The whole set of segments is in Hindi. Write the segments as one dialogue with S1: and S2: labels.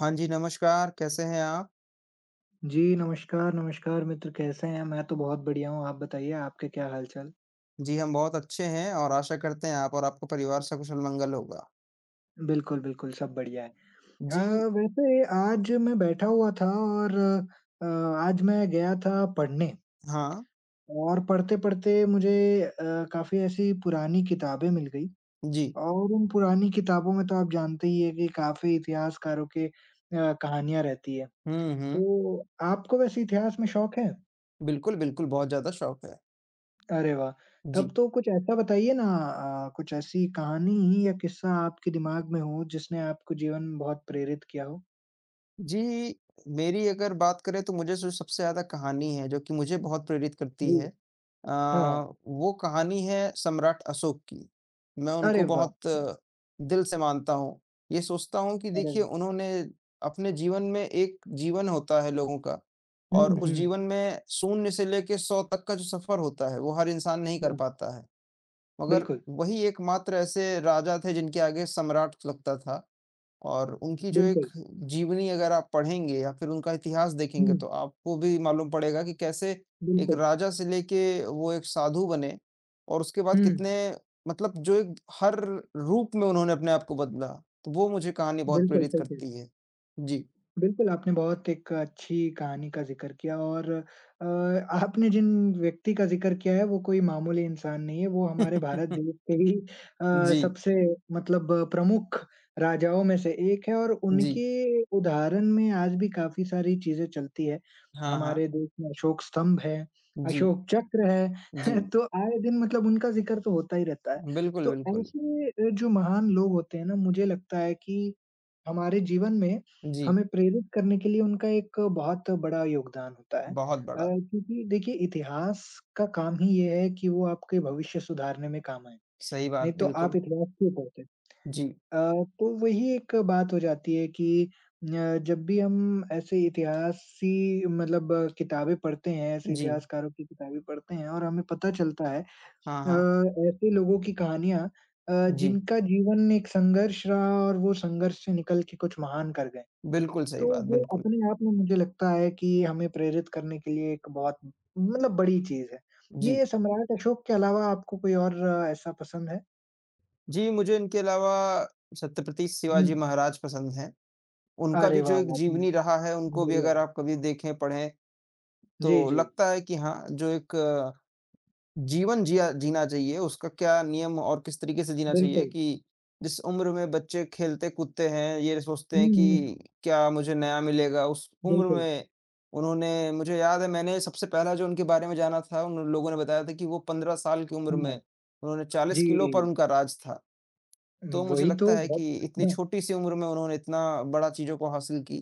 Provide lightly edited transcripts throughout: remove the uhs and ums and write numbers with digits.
S1: हाँ जी, नमस्कार, कैसे हैं आप?
S2: जी, नमस्कार, नमस्कार मित्र कैसे हैं? मैं तो बहुत बढ़िया हूँ, आप बताइए आपके क्या हाल-चाल?
S1: जी, हम बहुत अच्छे हैं और आशा करते हैं आप और आपका परिवार सकुशल-मंगल होगा।
S2: बिल्कुल, बिल्कुल सब बढ़िया है।
S1: जी,
S2: अ, वैसे आज मैं बैठा हुआ था और आज मैं गया था पढ़ने
S1: हाँ,
S2: और पढ़ते-पढ़ते मुझे अ, काफ़ी ऐसी पुरानी किताबें मिल गई
S1: जी।
S2: और उन पुरानी किताबों में तो आप जानते ही हैं कि काफ़ी इतिहासकारों के कहानियाँ रहती है।
S1: हुँ, हुँ।
S2: तो आपको वैसे इतिहास में शौक है?
S1: बिल्कुल, बिल्कुल, बहुत ज़्यादा शौक है।
S2: अरे वाह! तब
S1: जी।
S2: तो कुछ ऐसा बताइए ना कुछ ऐसी कहानी या किस्सा आपके दिमाग में हो जिसने आपको जीवन में बहुत प्रेरित किया हो?
S1: जी, मेरी अगर बात करें तो मुझे जो सबसे ज़्यादा कहानी है जो कि मुझे बहुत प्रेरित करती
S2: जी।
S1: है
S2: हाँ, हाँ।
S1: वो कहानी है सम्राट अशोक की। मैं
S2: अरे
S1: उनको
S2: वाह!
S1: बहुत दिल से मानता हूँ। ये सोचता हूँ कि
S2: अरे
S1: देखिए
S2: वाह!
S1: उन्होंने अपने जीवन में एक जीवन होता है लोगों का
S2: हुँ,
S1: और उस
S2: हुँ।
S1: जीवन में शून्य से लेके 100 तक का जो सफ़र होता है वो हर इंसान नहीं कर
S2: हुँ,
S1: पाता है। मगर
S2: बिल्कुल,
S1: वही एकमात्र ऐसे राजा थे जिनके आगे सम्राट लगता था। और उनकी जो एक
S2: बिल्कुल।
S1: जीवनी अगर आप पढ़ेंगे या फिर उनका इतिहास देखेंगे
S2: हुँ,
S1: तो आपको भी मालूम पड़ेगा कि कैसे एक
S2: बिल्कुल।
S1: राजा से लेके वो एक साधु बने और उसके बाद
S2: हुँ,
S1: कितने मतलब जो एक हर रूप में उन्होंने अपने आप को बदला। तो वो मुझे कहानी बहुत
S2: बिल्कुल
S1: प्रेरित
S2: सही कह रही
S1: करती
S2: हैं।
S1: है। जी।
S2: बिल्कुल, आपने बहुत एक अच्छी कहानी का ज़िक्र किया और आपने जिन व्यक्ति का ज़िक्र किया है वो कोई मामूली इंसान नहीं है, वो हमारे भारत देश के ही
S1: जी,
S2: सबसे मतलब प्रमुख राजाओं में से एक है और
S1: जी।
S2: उनके उदाहरण में आज भी काफ़ी सारी चीज़ें चलती है।
S1: हाँ, हाँ।
S2: हमारे देश में अशोक स्तंभ है,
S1: जी,
S2: अशोक चक्र है,
S1: जी।
S2: तो आए दिन मतलब उनका ज़िक्र तो होता ही रहता है।
S1: बिल्कुल,
S2: तो
S1: बिल्कुल।
S2: ऐसे जो महान लोग होते हैं ना, मुझे लगता है कि हमारे जीवन में
S1: जी,
S2: हमें प्रेरित करने के लिए उनका एक बहुत बड़ा योगदान होता है।
S1: बहुत बड़ा।
S2: क्योंकि देखिए इतिहास का काम ही ये है कि वो आपके भविष्य सुधारने में काम आए,
S1: सही
S2: नहीं
S1: बात,
S2: तो आप
S1: बिल्कुल।
S2: इतिहास क्यों पढ़ते?
S1: जी,
S2: अ, तो वही एक बात हो जाती है कि जब भी हम ऐसे इतिहासी मतलब किताबें पढ़ते हैं, ऐसे
S1: जी।
S2: इतिहासकारों की किताबें पढ़ते हैं और हमें पता चलता है
S1: हाँ,
S2: अ,
S1: हाँ।
S2: ऐसे लोगों की कहानियाँ अ,
S1: जी,
S2: जिनका जीवन एक संघर्ष रहा और वो संघर्ष से निकल के कुछ महान कर गए।
S1: बिल्कुल सही
S2: तो
S1: बात,
S2: वो
S1: बिल्कुल।
S2: अपने आप में मुझे लगता है कि हमें प्रेरित करने के लिए एक बहुत मतलब बड़ी चीज़ है।
S1: जी।
S2: ये सम्राट अशोक के अलावा आपको कोई और ऐसा पसंद है?
S1: जी, मुझे इनके अलावा छत्रपति
S2: हुँ।
S1: शिवाजी महाराज पसंद हैं। उनका
S2: अरे
S1: भी जो
S2: वाह!
S1: एक
S2: आपने
S1: जीवनी रहा है, उनको भी
S2: बढ़िया
S1: अगर
S2: बोला।
S1: आप कभी देखें, पढ़ें,
S2: जी,
S1: तो
S2: जी,
S1: लगता है कि हाँ, जो एक जीवन जिया जीना चाहिए, उसका क्या नियम और किस तरीके से जीना चाहिए
S2: बिल्कुल।
S1: कि जिस उम्र में बच्चे खेलते-कूदते हैं, ये सोचते
S2: हुँ,
S1: हैं
S2: हुँ,
S1: कि क्या मुझे नया मिलेगा, उस उम्र
S2: बिल्कुल।
S1: में उन्होंने मुझे याद है मैंने सबसे पहला जो उनके बारे में जाना था, उन लोगों ने बताया था कि वो 15 साल की उम्र
S2: हाँ,
S1: में, उन्होंने 40
S2: जी,
S1: किलो पर उनका राज था। तो मुझे
S2: वही तो
S1: लगता है
S2: बहुत
S1: कि इतनी
S2: हाँ,
S1: छोटी-सी उम्र में उन्होंने इतना बड़ा चीज़ों को हासिल की,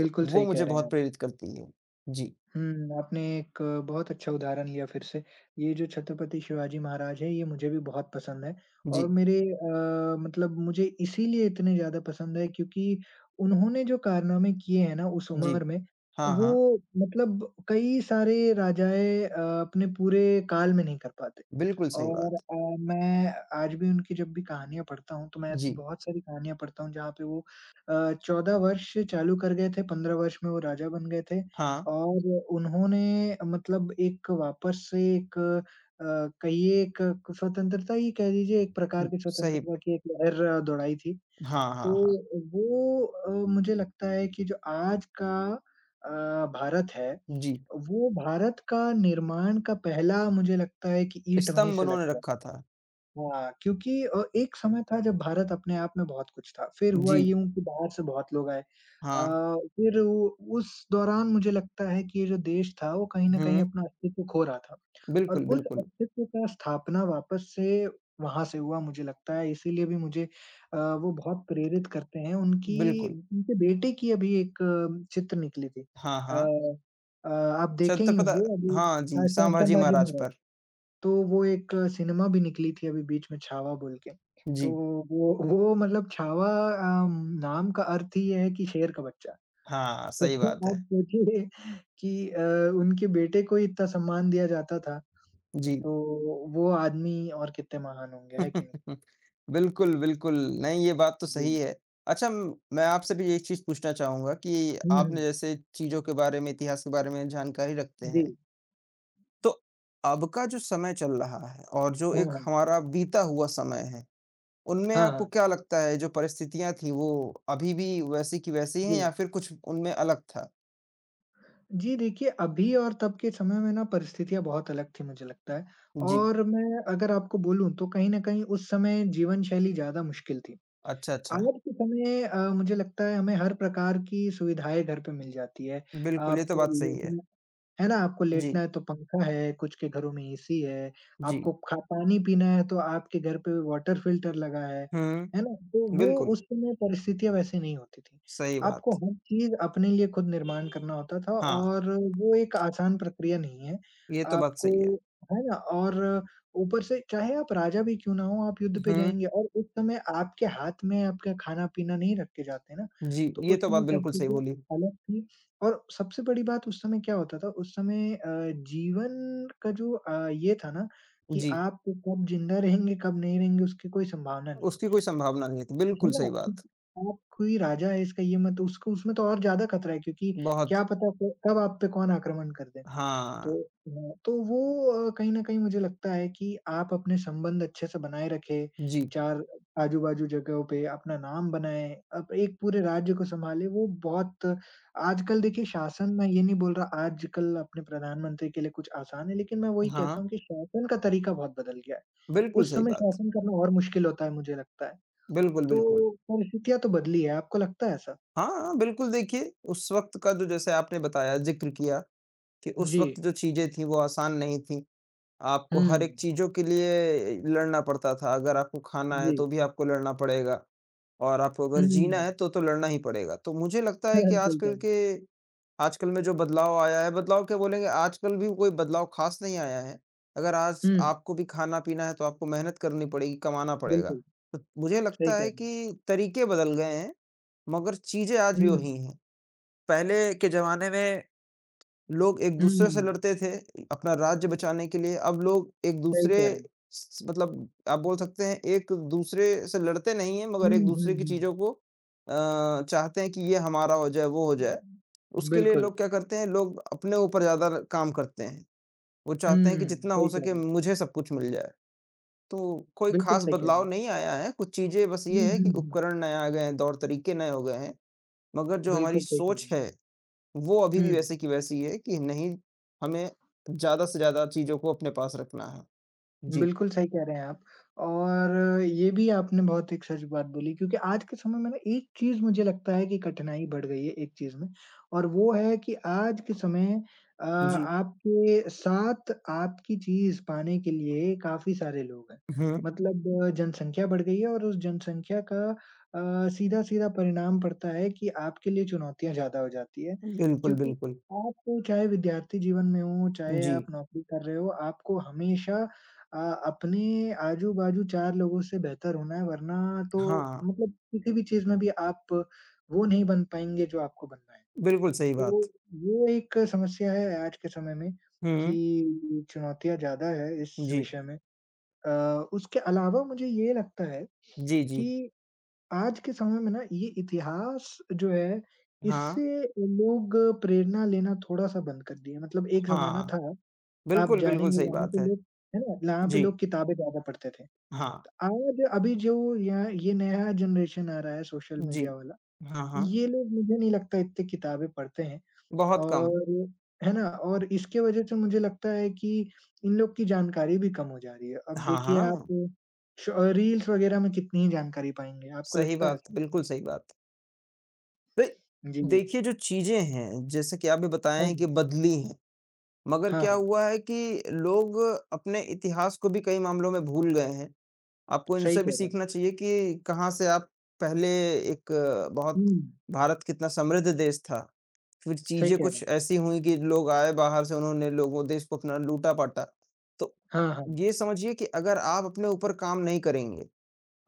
S1: तो वो
S2: सही कह
S1: मुझे
S2: रहे हैं
S1: बहुत
S2: आप।
S1: प्रेरित करती है। जी,
S2: हुँ, आपने एक बहुत अच्छा उदाहरण लिया फिर से। ये जो छत्रपति शिवाजी महाराज हैं, ये मुझे भी बहुत पसंद है और
S1: जी,
S2: मेरे मतलब मुझे इसीलिए इतने ज़्यादा पसंद है क्योंकि उन्होंने जो कारनामे किए हैं ना उस
S1: जी।
S2: उम्र में,
S1: हाँ, हाँ।
S2: वो मतलब कई सारे राजाएँ अपने पूरे काल में नहीं कर पाते।
S1: बिल्कुल सही
S2: और
S1: बात।
S2: मैं आज भी उनकी जब भी कहानियाँ पढ़ता हूँ, तो मैं ऐसी
S1: जी।
S2: बहुत सारी कहानियाँ पढ़ता हूँ, जहाँ पे वो अ, 14 वर्ष चालू कर गए थे, 15 वर्ष में वो राजा बन गए थे
S1: हाँ,
S2: और उन्होंने मतलब एक वापस से एक अ, कहिए एक स्वतंत्रता ही कह लीजिए, एक प्रकार की
S1: सही
S2: स्वतंत्रता की एक लहर दौड़ाई थी।
S1: हाँ,
S2: तो
S1: हाँ, हाँ।
S2: वो मुझे लगता है कि जो आज का अ, भारत है,
S1: जी,
S2: वो भारत का निर्माण का पहला मुझे लगता है कि ईंट वहीं
S1: स्तंभ
S2: से लग
S1: उन्होंने
S2: गया।
S1: रखा था।
S2: हाँ, क्योंकि एक समय था जब भारत अपने आप में बहुत कुछ था, फिर हुआ
S1: जी,
S2: यूँ कि बाहर से बहुत लोग आए।
S1: हाँ।
S2: फिर उ उस दौरान मुझे लगता है कि ये जो देश था वो कहीं न कहीं
S1: हुँ,
S2: अपना अस्तित्व खो रहा था और
S1: बिल्कुल,
S2: उस
S1: बिल्कुल,
S2: अस्तित्व का स्थापना वापस से वहाँ से हुआ मुझे लगता है इसीलिए भी मुझे वो बहुत प्रेरित करते हैं। उनकी
S1: बिल्कुल।
S2: उनके बेटे की अभी एक चित्र निकली थी।
S1: हाँ, हाँ।
S2: अ अ, आप देखे ही
S1: छत्रपता
S2: होंगे अभी
S1: हाँ जी,
S2: स
S1: संभाजी
S2: संभाजी
S1: महाराज
S2: महाराज।
S1: पर।
S2: तो वो एक सिनेमा भी निकली थी अभी बीच में छावा बोल के। तो
S1: जी।
S2: वो मतलब छावा अम, नाम का अर्थ ही ये है कि शेर का बच्चा।
S1: हाँ,
S2: तो
S1: सही
S2: फिर
S1: बात
S2: आप
S1: है।
S2: सोचिए कि उनके बेटे को ही इतना सम्मान दिया जाता था,
S1: जी।
S2: तो वो आदमी और कितने महान होंगे, है कि नहीं?
S1: बिल्कुल, बिल्कुल। नहीं, ये बात तो
S2: जी।
S1: सही है। अच्छा म मैं आपसे भी एक चीज़ पूछना चाहूँगा कि
S2: हुँ,
S1: आपने
S2: हुँ।
S1: जैसे चीज़ों के बारे में, इतिहास के बारे में जानकारी रखते
S2: जी।
S1: हैं, तो अब का जो समय चल रहा है और जो
S2: हाँ,
S1: एक
S2: हाँ।
S1: हमारा बीता हुआ समय है, उनमें
S2: हाँ,
S1: आपको
S2: हाँ।
S1: क्या लगता है जो परिस्थितियाँ थी वो अभी भी वैसी की वैसी
S2: जी।
S1: हैं या फिर कुछ उनमें अलग था?
S2: जी, देखिए अभी और तब के समय में ना परिस्थितियाँ बहुत अलग थी मुझे लगता है
S1: जी।
S2: और मैं अगर आपको बोलूँ तो कहीं न कहीं उस समय जीवन शैली ज़्यादा मुश्किल थी।
S1: अच्छा, अच्छा।
S2: आज के समय मुझे लगता है हमें हर प्रकार की सुविधाएँ घर पे मिल जाती है।
S1: बिल्कुल, ये
S2: आप
S1: तो बात सही है।
S2: है ना? आपको लेटना
S1: जी,
S2: है तो पंखा है, कुछ के घरों में एसी है,
S1: जी।
S2: आपको खा पानी पीना है तो आपके घर पे वाटर फ़िल्टर लगा
S1: हुँ,
S2: है ना? तो वो
S1: बिल्कुल,
S2: उस समय परिस्थितियाँ वैसे नहीं होती थी।
S1: सही
S2: आपको
S1: बात।
S2: हर चीज़ अपने लिए खुद निर्माण करना होता था
S1: हाँ,
S2: और वो एक आसान प्रक्रिया नहीं है।
S1: ये तो बात
S2: आपको
S1: सही है।
S2: है ना? और ऊपर से चाहे आप राजा भी क्यों ना हों, आप युद्ध पे
S1: हुँ।
S2: जाएँगे और उस समय आपके हाथ में आपका खाना-पीना नहीं रख के जाते ना,
S1: जी,
S2: तो
S1: ये
S2: उस
S1: तो बात
S2: समय
S1: बिल्कुल सही
S2: परिस्थितियाँ
S1: बोली।
S2: अलग थी और सबसे बड़ी बात उस समय क्या होता था, उस समय जीवन का जो ये था ना कि
S1: जी,
S2: आप कब ज़िंदा रहेंगे, कब नहीं रहेंगे, उसकी कोई संभावना नहीं है।
S1: उसकी कोई संभावना नहीं थी।
S2: है
S1: बिल्कुल
S2: ना?
S1: सही
S2: कि
S1: बात।
S2: आप कोई राजा है इसका ये मत उसको उसमें तो और ज़्यादा खतरा है क्योंकि
S1: बहुत
S2: क्या पता क कब आप पे कौन आक्रमण कर दे। तो
S1: हाँ,
S2: तो वो कहीं न कहीं मुझे लगता है कि आप अपने संबंध अच्छे से बनाए रखें,
S1: जी,
S2: चार आजू-बाजू जगहों पे अपना नाम बनाएँ, आप एक पूरे राज्य को सँभालें, वो बहुत आजकल देखिए शासन मैं ये नहीं बोल रहा आजकल अपने प्रधानमंत्री के लिए कुछ आसान है, लेकिन मैं वही
S1: हाँ,
S2: कहता हूँ कि शासन का तरीका बहुत बदल गया है।
S1: बिल्कुल
S2: उस
S1: सही
S2: समय
S1: बात।
S2: शासन करना और मुश्किल होता है मुझे लगता है।
S1: बिल्कुल, बिल्कुल।
S2: तो परिस्थितियाँ तो बदली है, आपको लगता है ऐसा?
S1: हाँ, बिल्कुल देखिए, उस वक़्त का जो जैसे आपने बताया, ज़िक्र किया कि उस
S2: जी।
S1: वक़्त जो चीज़ें थीं, वो आसान नहीं थीं। आपको हर एक
S2: हुँ।
S1: चीज़ों के लिए लड़ना पड़ता था। अगर आपको खाना है,
S2: जी।
S1: तो भी आपको लड़ना पड़ेगा और आपको अगर जीना
S2: हुँ।
S1: है, तो लड़ना ही पड़ेगा। तो मुझे लगता है कि
S2: सही कहा।
S1: आजकल के आजकल में जो बदलाव आया है, बदलाव क्या बोलेंगे आजकल भी कोई बदलाव ख़ास नहीं आया है। अगर आज
S2: हुँ,
S1: आपको भी खाना-पीना है तो आपको मेहनत करनी पड़ेगी, कमाना पड़ेगा।
S2: बिल्कुल।
S1: तो मुझे
S2: सही
S1: लगता
S2: कह रहे
S1: है
S2: हैं।
S1: कि तरीके बदल गए हैं, मगर चीज़ें आज भी
S2: हुँ,
S1: वही हैं। पहले के ज़माने में लोग
S2: हुँ,
S1: एक-दूसरे से लड़ते थे अपना राज्य बचाने के लिए, अब लोग
S2: सही कह रहे
S1: एक-दूसरे
S2: हैं।
S1: स मतलब आप बोल सकते हैं एक-दूसरे से लड़ते नहीं हैं मगर
S2: हुँ, हुँ,
S1: एक-दूसरे की
S2: हुँ।
S1: चीज़ों को चाहते हैं कि ये हमारा हो जाए, वो हो जाए। उसके लिए
S2: बिल्कुल।
S1: लोग क्या करते हैं, लोग अपने ऊपर ज़्यादा र काम करते हैं। वो चाहते हैं कि
S2: हुँ,
S1: जितना
S2: सही
S1: हो
S2: कह
S1: सके
S2: रहे हैं।
S1: मुझे सब कुछ मिल जाए। तो कोई
S2: बिल्कुल
S1: ख़ास
S2: सही कह रहे
S1: बदलाव
S2: हैं।
S1: नहीं आया है, कुछ चीज़ें बस
S2: हुँ,
S1: ये है
S2: हुँ,
S1: कि
S2: हुँ।
S1: उपकरण नए आ गए हैं, दौर तरीके नए हो गए हैं, मगर जो हमारी
S2: बिल्कुल सही कह रहे
S1: सोच
S2: हैं।
S1: है वो अभी भी
S2: हुँ।
S1: वैसे की वैसी है कि नहीं, हमें ज़्यादा से ज़्यादा चीज़ों को अपने पास रखना है। जी,
S2: बिल्कुल सही कह रहे हैं आप और ये भी आपने बहुत एक सच बात बोली क्योंकि आज के समय में ना एक चीज़ मुझे लगता है कि कठिनाई बढ़ गई है एक चीज़ में और वो है कि आज के समय
S1: जी।
S2: आपके साथ आपकी चीज़ पाने के लिए काफ़ी सारे लोग हैं।
S1: हुँ,
S2: मतलब जनसंख्या बढ़ गई है और उस जनसंख्या का सीधा-सीधा परिणाम पड़ता है कि आपके लिए चुनौतियाँ ज़्यादा हो जाती है
S1: बिल्कुल,
S2: क्योंकि
S1: बिल्कुल।
S2: आप चाहे विद्यार्थी जीवन में हो, चाहे
S1: जी,
S2: आप नौकरी कर रहे हो, आपको हमेशा अ, अपने आजू-बाजू 4 लोगों से बेहतर होना है वरना तो
S1: हाँ,
S2: मतलब किसी भी चीज़ में भी आप वो नहीं बन पाएँगे जो आपको बनना है।
S1: बिल्कुल सही
S2: तो
S1: बात।
S2: वो एक समस्या है आज के समय में कि
S1: हुँ,
S2: चुनौतियाँ ज़्यादा है इस
S1: जी,
S2: विषय में। अ, उसके अलावा मुझे ये लगता है
S1: जी, जी।
S2: कि आज के समय में ना ये इतिहास जो है
S1: हाँ,
S2: इससे लोग प्रेरणा लेना थोड़ा-सा बंद कर दिए। मतलब एक ज़माना
S1: हाँ,
S2: था आप
S1: बिल्कुल, बिल्कुल
S2: जानेंगे
S1: सही
S2: वहाँ पे
S1: बात है।
S2: लोग है ना? जहाँ पे
S1: जी,
S2: लोग किताबें ज़्यादा पढ़ते थे।
S1: हाँ,
S2: आज अभी जो यहाँ ये नया जनरेशन आ रहा है सोशल
S1: जी,
S2: मीडिया वाला,
S1: हाँ, हाँ,
S2: ये लोग मुझे नहीं लगता इतनी किताबें पढ़ते हैं
S1: बहुत कम।
S2: और है ना? और इसके वजह से मुझे लगता है कि इन लोग की जानकारी भी कम हो जा रही है। अब
S1: हाँ,
S2: देखिए आप
S1: हाँ,
S2: श रील्स वगैरह में कितनी ही जानकारी पाएँगे, आपको
S1: सही
S2: लगता है
S1: बात,
S2: ऐसा?
S1: बिल्कुल सही बात। तो
S2: जी,
S1: देखिए, जो चीज़ें हैं, जैसे कि आप भी
S2: हाँ,
S1: बताएँ कि बदली हैं। मगर
S2: हाँ,
S1: क्या
S2: हाँ,
S1: हुआ है कि लोग अपने इतिहास को भी कई मामलों में भूल गए हैं। आपको
S2: सही
S1: इनसे भी
S2: कह रहे हैं।
S1: सीखना चाहिए कि कहाँ से आप पहले एक बहुत
S2: हुँ,
S1: भारत कितना समृद्ध देश था। फिर
S2: सही
S1: चीज़ें
S2: कह रहे
S1: कुछ
S2: हैं।
S1: ऐसी हुईं कि लोग आए बाहर से उन्होंने लोगों देश को अपना लूटा-पाटा। तो
S2: हाँ, हाँ,
S1: ये समझिए कि अगर आप अपने ऊपर काम नहीं करेंगे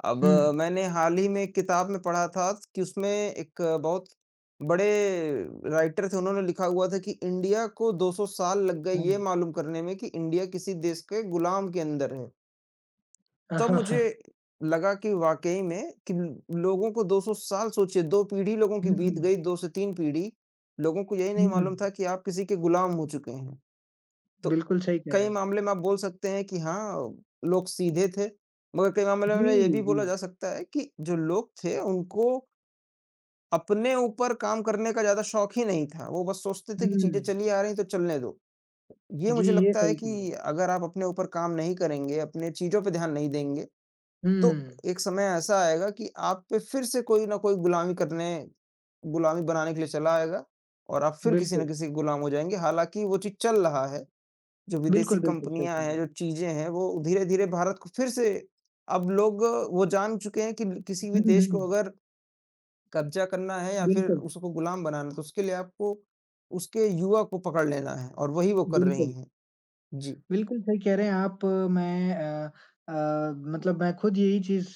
S1: अब
S2: हुँ,
S1: मैंने हाल ही में एक किताब में पढ़ा था कि उसमें एक बहुत बड़े राइटर थे, उन्होंने लिखा हुआ था कि इंडिया को 200 साल लग गए
S2: हुँ,
S1: ये मालूम करने में कि इंडिया किसी देश के गुलाम के अंदर है।
S2: हाँ,
S1: तब
S2: हाँ,
S1: मुझे लगा कि वाक़ई में कि लोगों को 200 साल सोचिए 2 पीढ़ी लोगों की
S2: हुँ,
S1: बीत गई, 2 से 3 पीढ़ी, लोगों को यही नहीं
S2: हुँ,
S1: मालूम था कि आप किसी के गुलाम हो चुके हैं। तो
S2: बिल्कुल सही कह रहे
S1: कई
S2: हैं।
S1: मामले में आप बोल सकते हैं कि हाँ, लोग सीधे थे, मगर कई मामले
S2: जी,
S1: में ये भी
S2: जी,
S1: बोला जा सकता है कि जो लोग थे उनको अपने ऊपर काम करने का ज़्यादा शौक ही नहीं था। वो बस सोचते थे कि चीज़ें चली
S2: हुँ।
S1: आ रही हैं तो चलने दो। ये
S2: जी,
S1: मुझे
S2: ये
S1: लगता है
S2: सही कह रहे
S1: कि
S2: हैं।
S1: अगर आप अपने ऊपर काम नहीं करेंगे, अपने चीज़ों पे ध्यान नहीं देंगे, तो
S2: हुँ,
S1: एक समय ऐसा आएगा कि आप पे फिर से कोई ना कोई गुलामी करने गुलामी बनाने के लिए चला आएगा और आप फिर किसी
S2: बिल्कुल।
S1: न किसी के गुलाम हो जाएँगे। हालाँकि वो चीज़ चल रहा है। जो विदेशी
S2: बिल्कुल, बिल्कुल सही
S1: कंपनियाँ
S2: कह रहे
S1: हैं,
S2: हैं।
S1: जो चीज़ें हैं, वो धीरे-धीरे भारत को फिर से अब लोग वो जान चुके हैं कि किसी भी
S2: हुँ,
S1: देश को
S2: हुँ,
S1: अगर कब्ज़ा करना है या फिर
S2: बिल्कुल,
S1: उसको गुलाम बनाना है, तो उसके लिए आपको उसके युवा को पकड़ लेना है और वही वो कर रही
S2: बिल्कुल।
S1: हैं। जी।
S2: बिल्कुल सही कह रहे हैं आप। मैं अ, मतलब मैं खुद यही चीज़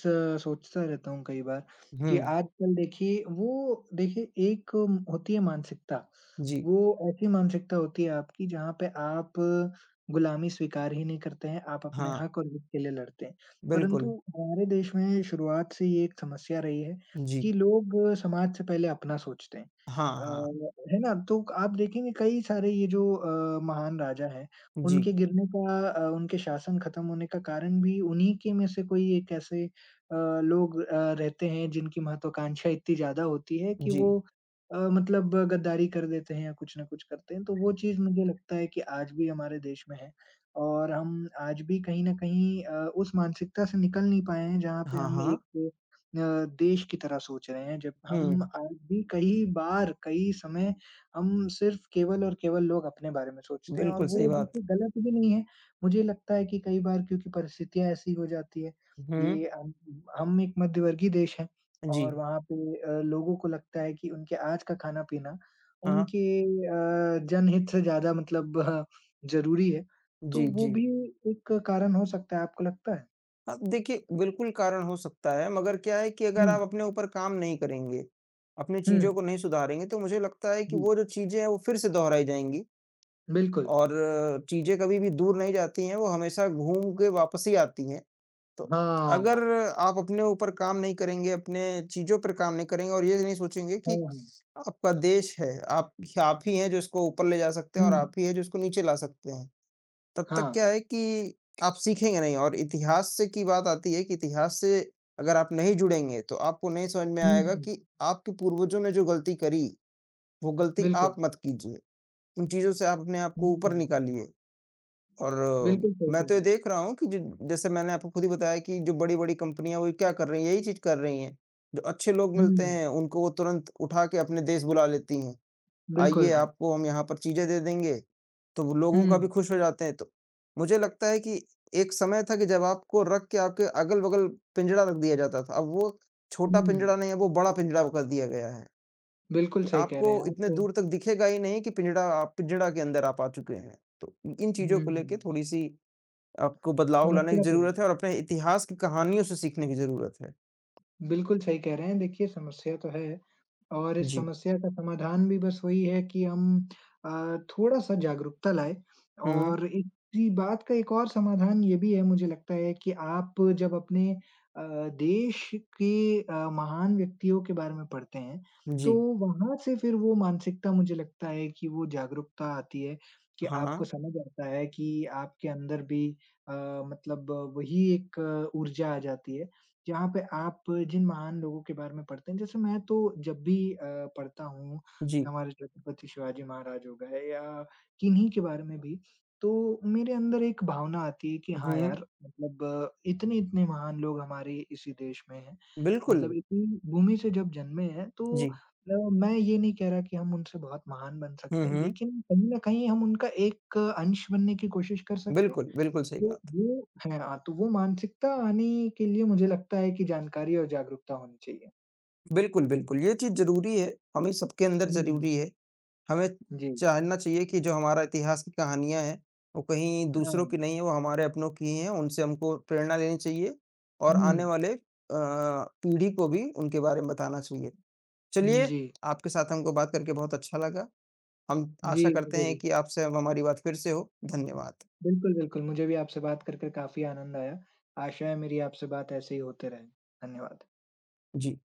S2: सोचता रहता हूँ कई बार कि
S1: हुँ,
S2: आजकल देखिए वो देखिए एक होती है मानसिकता,
S1: जी।
S2: वो ऐसी मानसिकता होती है आपकी जहाँ पे आप गुलामी स्वीकार ही नहीं करते हैं, आप अपने
S1: हाँ,
S2: हक और हित के लिए लड़ते हैं।
S1: बिल्कुल।
S2: परंतु हमारे देश में शुरुआत से ये एक समस्या रही है
S1: जी।
S2: कि लोग समाज से पहले अपना सोचते हैं।
S1: हाँ, हाँ।
S2: अ, है ना? तो आप देखेंगे कई सारे ये जो महान राजा हैं
S1: जी,
S2: उनके गिरने का उनके शासन खत्म होने का कारण भी उन्हीं के में से कोई एक ऐसे लोग रहते हैं जिनकी महत्वाकांक्षा इतनी ज़्यादा होती है कि
S1: जी।
S2: वो मतलब गद्दारी कर देते हैं या कुछ ना कुछ करते हैं। तो वो चीज़ मुझे लगता है कि आज भी हमारे देश में है और हम आज भी कहीं न कहीं उस मानसिकता से निकल नहीं पाए हैं जहाँ पे
S1: हाँ,
S2: हम
S1: हाँ।
S2: एक अ, देश की तरह सोच रहे हैं। जब हम
S1: हुँ,
S2: आज भी कई बार, कई समय हम सिर्फ केवल और केवल लोग अपने बारे में सोचते हैं और
S1: बिल्कुल सही
S2: वो
S1: बात।
S2: देखिए गलत भी नहीं है। मुझे लगता है कि कई बार क्योंकि परिस्थितियाँ ऐसी हो जाती है,
S1: हुँ,
S2: ये हम एक मध्यवर्गीय देश हैं
S1: जी।
S2: और वहाँ पे लोगों को लगता है कि उनके आज का खाना-पीना
S1: हाँ।
S2: उनके जनहित से ज़्यादा मतलब ज़रूरी है, तो
S1: जी,
S2: वो
S1: जी।
S2: भी एक कारण हो सकता है, आपको लगता है?
S1: अब देखिए, बिल्कुल कारण हो सकता है, मगर क्या है कि
S2: हुँ,
S1: अगर आप अपने ऊपर काम नहीं करेंगे, अपनी
S2: हुँ,
S1: चीज़ों को नहीं सुधारेंगे, तो मुझे लगता है कि
S2: जी,
S1: वो जो चीज़ें हैं, वो फिर से दोहराई जाएँगी
S2: बिल्कुल।
S1: और चीज़ें कभी भी दूर नहीं जाती हैं, वो हमेशा घूम के वापस ही आती हैं। तो
S2: हाँ,
S1: अगर
S2: हाँ,
S1: आप अपने ऊपर काम नहीं करेंगे, अपने चीज़ों पर काम नहीं करेंगे और ये नहीं सोचेंगे कि
S2: हाँ,
S1: आपका देश है, आप ही हैं जो इसको ऊपर ले जा सकते हैं
S2: हुँ,
S1: और आप ही हैं जो इसको नीचे ला सकते हैं। तब तक
S2: हाँ,
S1: क्या है कि आप सीखेंगे नहीं और इतिहास से की बात आती है कि इतिहास से अगर आप नहीं जुड़ेंगे, तो आपको नहीं समझ में
S2: हुँ,
S1: आएगा
S2: हुँ,
S1: कि आपके पूर्वजों ने जो गलती करी, वो गलती
S2: बिल्कुल।
S1: आप मत कीजिए। उन चीज़ों से आप अपने आप को ऊपर
S2: हुँ।
S1: निकालिए और
S2: बिल्कुल सही
S1: मैं
S2: कह
S1: तो
S2: रहे
S1: ये
S2: हैं आप।
S1: देख रहा हूँ कि ज जैसे मैंने आपको खुद ही बताया कि जो बड़ी-बड़ी कंपनियाँ वो क्या कर रही हैं, यही चीज़ कर रही हैं। जो अच्छे लोग मिलते
S2: हुँ,
S1: हैं, उनको वो तुरंत उठा के अपने देश बुला लेती हैं।
S2: बिल्कुल।
S1: आइए आपको हम यहाँ पर चीज़ें दे देंगे। तो वो लोगों का भी
S2: हुँ,
S1: खुश हो जाते हैं। तो मुझे लगता है कि एक समय था कि जब आपको रख के आपके अगल-बगल पिंजड़ा रख दिया जाता था। अब वो छोटा
S2: हुँ,
S1: पिंजड़ा नहीं है, वो बड़ा पिंजड़ा कर दिया गया है
S2: बिल्कुल
S1: कि
S2: सही कह
S1: आपको
S2: रहे हैं
S1: इतने
S2: आप।
S1: दूर तक दिखेगा ही नहीं कि पिंजड़ा आप पिंजड़ा के अंदर आप आ चुके हैं। तो इन चीज़ों
S2: हुँ,
S1: को लेके थोड़ी-सी आपको बदलाव लाने की
S2: समस्या तो है।
S1: ज़रूरत है और अपने इतिहास की कहानियों से सीखने की ज़रूरत है।
S2: बिल्कुल सही कह रहे हैं। देखिए समस्या तो है और इस
S1: जी।
S2: समस्या का समाधान भी बस वही है कि हम थोड़ा-सा जागरूकता लाएँ
S1: हुँ।
S2: और इसी बात का एक और समाधान ये भी है मुझे लगता है कि आप जब अपने अ, देश के महान व्यक्तियों के बारे में पढ़ते हैं, तो
S1: जी।
S2: वहाँ से फिर वो मानसिकता मुझे लगता है कि वो जागरूकता आती है कि आपको
S1: हाँ।
S2: समझ आता है कि आपके अंदर भी अ, मतलब वही एक ऊर्जा आ जाती है जहाँ पे आप जिन महान लोगों के बारे में पढ़ते हैं, जैसे मैं तो जब भी पढ़ता हूँ,
S1: जी।
S2: हमारे छत्रपति शिवाजी महाराज हो गए या किन्हीं के बारे में भी, तो मेरे अंदर एक भावना आती है कि हाँ
S1: हुँ।
S2: यार, मतलब इतने-इतने महान लोग हमारे इसी देश में हैं।
S1: बिल्कुल।
S2: मतलब इतनी भूमि से जब जन्मे हैं, तो
S1: जी।
S2: मैं ये नहीं कह रहा कि हम उनसे बहुत महान बन
S1: हुँ,
S2: सकते हैं,
S1: हुँ।
S2: लेकिन कहीं न कहीं हम उनका एक अंश बनने की कोशिश कर सकते हैं।
S1: बिल्कुल, बिल्कुल सही
S2: तो
S1: बात।
S2: वो है हाँ, तो वो मानसिकता आने के लिए मुझे लगता है कि जानकारी और जागरूकता होनी चाहिए।
S1: है। बिल्कुल, बिल्कुल, ये चीज़ ज़रूरी है, हमें सबके अंदर
S2: हुँ,
S1: ज़रूरी है। हमें
S2: जी,
S1: जानना चाहिए कि जो हमारा इतिहास की कहानियाँ हैं, वो कहीं
S2: हाँ।
S1: दूसरों की नहीं है, वो हमारे अपनों की ही हैं, उनसे हमको प्रेरणा लेनी चाहिए और
S2: हुँ,
S1: आने वाले पीढ़ी को भी उनके बारे में बताना चाहिए।
S2: हुँ,
S1: चलिए,
S2: जी,
S1: आपके साथ हमको बात करके बहुत अच्छा लगा। हम आशा
S2: जी,
S1: करते
S2: मुझे
S1: हैं
S2: भी।
S1: कि आपसे अब हमारी बात फिर से हो। धन्यवाद।
S2: बिल्कुल, बिल्कुल, मुझे भी आपसे बात कर काफ़ी आनंद आया। आशा है मेरी आपसे बात ऐसे ही होते रहे। धन्यवाद।
S1: जी।